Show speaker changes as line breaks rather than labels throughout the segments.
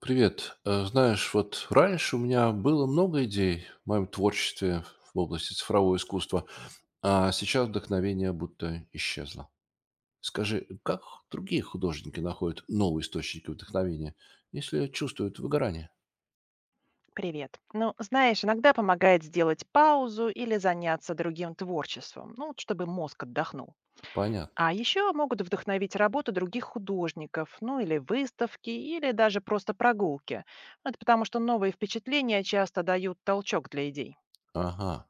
Привет. Знаешь, вот раньше у меня было много идей в моем творчестве в области цифрового искусства, а сейчас вдохновение будто исчезло. Скажи, как другие художники находят новые источники вдохновения, если чувствуют выгорание?
Привет. Ну, знаешь, иногда помогает сделать паузу или заняться другим творчеством, ну, вот чтобы мозг отдохнул.
Понятно.
А еще могут вдохновить работу других художников, ну, или выставки, или даже просто прогулки. Это потому что новые впечатления часто дают толчок для идей.
Ага.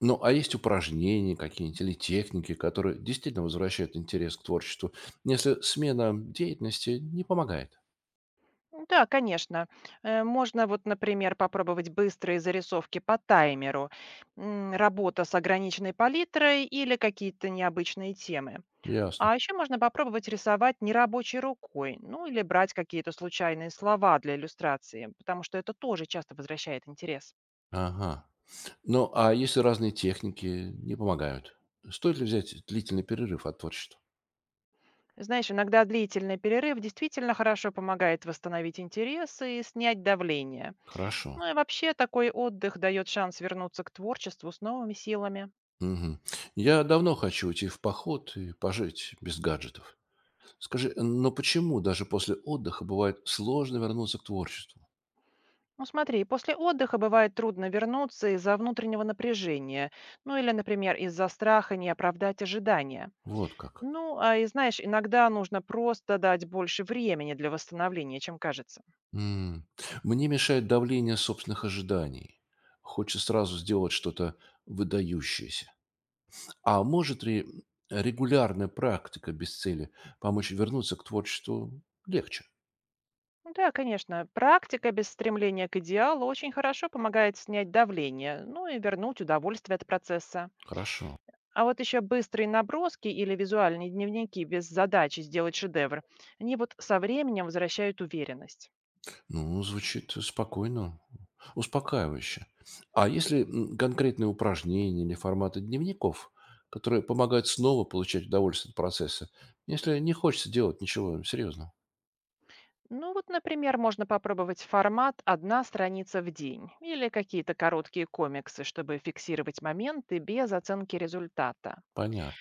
Ну, а есть упражнения какие-нибудь или техники, которые действительно возвращают интерес к творчеству, если смена деятельности не помогает?
Ну да, конечно. Можно вот, например, попробовать быстрые зарисовки по таймеру, работа с ограниченной палитрой или какие-то необычные темы.
Ясно.
А еще можно попробовать рисовать нерабочей рукой, ну или брать какие-то случайные слова для иллюстрации, потому что это тоже часто возвращает интерес.
Ага. Ну, а если разные техники не помогают? Стоит ли взять длительный перерыв от творчества?
Знаешь, иногда длительный перерыв действительно хорошо помогает восстановить интерес и снять давление.
Хорошо.
Ну и вообще такой отдых дает шанс вернуться к творчеству с новыми силами.
Мгм. Я давно хочу уйти в поход и пожить без гаджетов. Скажи, но почему даже после отдыха бывает сложно вернуться к творчеству?
Ну смотри, после отдыха бывает трудно вернуться из-за внутреннего напряжения, ну или, например, из-за страха не оправдать ожидания.
Вот как.
Ну, а и знаешь, иногда нужно просто дать больше времени для восстановления, чем кажется.
М. Мне мешает давление собственных ожиданий. Хочется сразу сделать что-то выдающееся. А может ли регулярная практика без цели помочь вернуться к творчеству легче?
Ну да, конечно, практика без стремления к идеалу очень хорошо помогает снять давление, ну и вернуть удовольствие от процесса.
Хорошо.
А вот еще быстрые наброски или визуальные дневники без задачи сделать шедевр, они вот со временем возвращают уверенность.
Ну, звучит спокойно, успокаивающе. А если конкретные упражнения или форматы дневников, которые помогают снова получать удовольствие от процесса, если не хочется делать ничего серьезного?
Ну вот, например, можно попробовать формат «одна страница в день» или какие-то короткие комиксы, чтобы фиксировать моменты без оценки результата.
Понятно.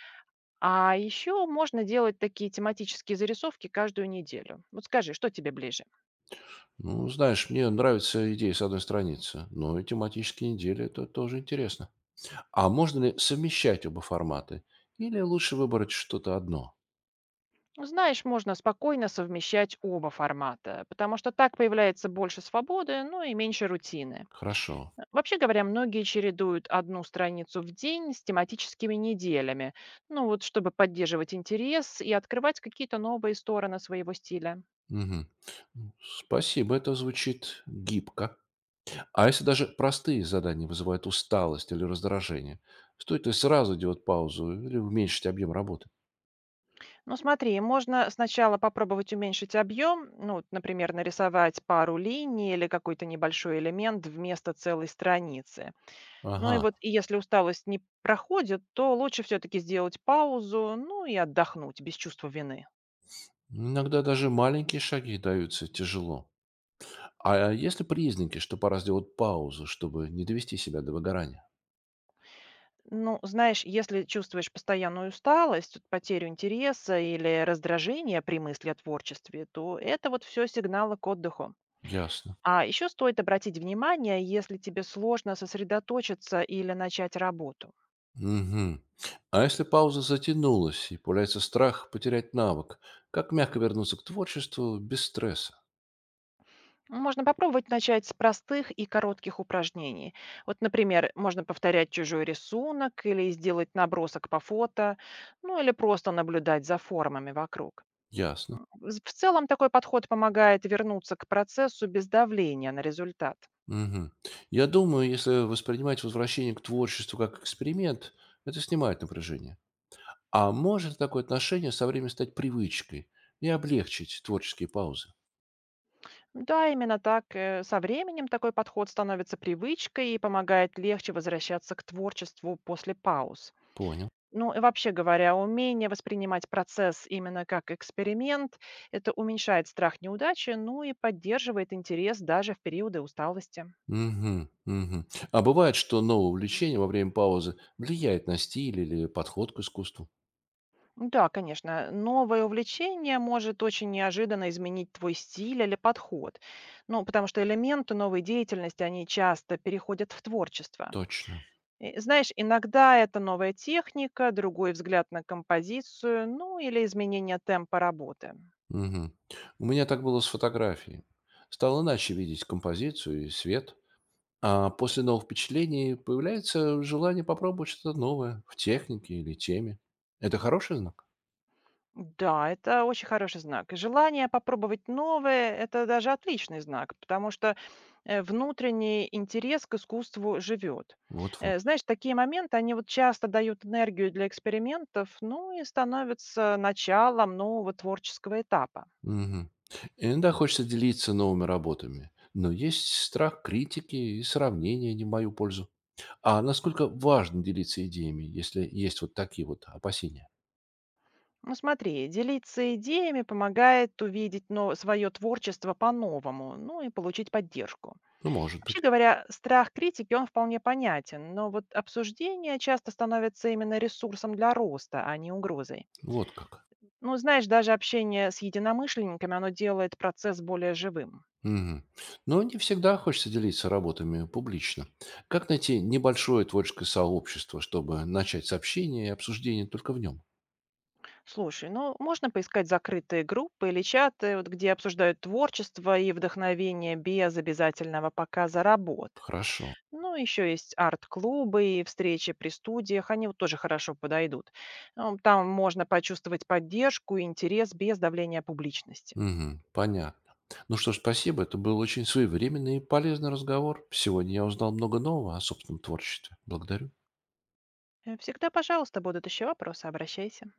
А еще можно делать такие тематические зарисовки каждую неделю. Вот скажи, что тебе ближе?
Ну, знаешь, мне нравится идея с одной страницы, но и тематические недели– это тоже интересно. А можно ли совмещать оба формата? Или лучше выбрать что-то одно?
Знаешь, можно спокойно совмещать оба формата, потому что так появляется больше свободы, ну и меньше рутины.
Хорошо.
Вообще говоря, многие чередуют одну страницу в день с тематическими неделями, ну вот чтобы поддерживать интерес и открывать какие-то новые стороны своего стиля.
Мгм. Спасибо, это звучит гибко. А если даже простые задания вызывают усталость или раздражение, стоит ли сразу делать паузу или уменьшить объем работы?
Ну, смотри, можно сначала попробовать уменьшить объем, ну, вот, например, нарисовать пару линий или какой-то небольшой элемент вместо целой страницы. Ну и
Ага.
вот, и если усталость не проходит, то лучше все-таки сделать паузу, ну и отдохнуть без чувства вины.
Иногда даже маленькие шаги даются тяжело. А есть ли признаки, что пора сделать паузу, чтобы не довести себя до выгорания?
Ну, знаешь, если чувствуешь постоянную усталость, вот потерю интереса или раздражение при мысли о творчестве, то это вот все сигналы к отдыху.
Ясно.
А еще стоит обратить внимание, если тебе сложно сосредоточиться или начать работу.
Мгм. А если пауза затянулась и появляется страх потерять навык, как мягко вернуться к творчеству без стресса?
Можно попробовать начать с простых и коротких упражнений. Вот, например, можно повторять чужой рисунок или сделать набросок по фото, ну или просто наблюдать за формами вокруг.
Ясно.
В целом такой подход помогает вернуться к процессу без давления на результат.
Мгм. Я думаю, если воспринимать возвращение к творчеству как эксперимент, это снимает напряжение. А может такое отношение со временем стать привычкой и облегчить творческие паузы?
Да, именно так. Со временем такой подход становится привычкой и помогает легче возвращаться к творчеству после пауз.
Понял.
Ну и вообще говоря, умение воспринимать процесс именно как эксперимент, это уменьшает страх неудачи, ну и поддерживает интерес даже в периоды усталости.
Мгм, мгм. А бывает, что новое увлечение во время паузы влияет на стиль или подход к искусству?
Ну да, конечно, новое увлечение может очень неожиданно изменить твой стиль или подход. Ну, потому что элементы новой деятельности, они часто переходят в творчество.
Точно.
И, знаешь, иногда это новая техника, другой взгляд на композицию, ну или изменение темпа работы.
Мгм. У меня так было с фотографией. Стал иначе видеть композицию и свет. А после новых впечатлений появляется желание попробовать что-то новое в технике или теме. Это хороший знак?
Да, это очень хороший знак. И желание попробовать новое– это даже отличный знак, потому что внутренний интерес к искусству живет.
Вот-вот.
Знаешь, такие моменты, они вот часто дают энергию для экспериментов, ну и становятся началом нового творческого этапа.
Мгм. Иногда хочется делиться новыми работами, но есть страх критики и сравнения не в мою пользу. А насколько важно делиться идеями, если есть вот такие вот опасения?
Ну смотри, делиться идеями помогает увидеть свое творчество по-новому, ну и получить поддержку.
Ну, может быть.
Вообще говоря, страх критики, он вполне понятен, но вот обсуждение часто становится именно ресурсом для роста, а не угрозой.
Вот как.
Ну, знаешь, даже общение с единомышленниками, оно делает процесс более живым.
Мгм. Но не всегда хочется делиться работами публично. Как найти небольшое творческое сообщество, чтобы начать сообщение и обсуждение только в нем?
Слушай, ну, можно поискать закрытые группы или чаты, вот, где обсуждают творчество и вдохновение без обязательного показа работ.
Хорошо.
Ну, еще есть арт-клубы и встречи при студиях, они вот тоже хорошо подойдут. Ну, там можно почувствовать поддержку и интерес без давления публичности.
Мгм. Понятно. Ну что ж, спасибо. Это был очень своевременный и полезный разговор. Сегодня я узнал много нового о собственном творчестве. Благодарю.
Всегда, пожалуйста, будут еще вопросы, обращайся.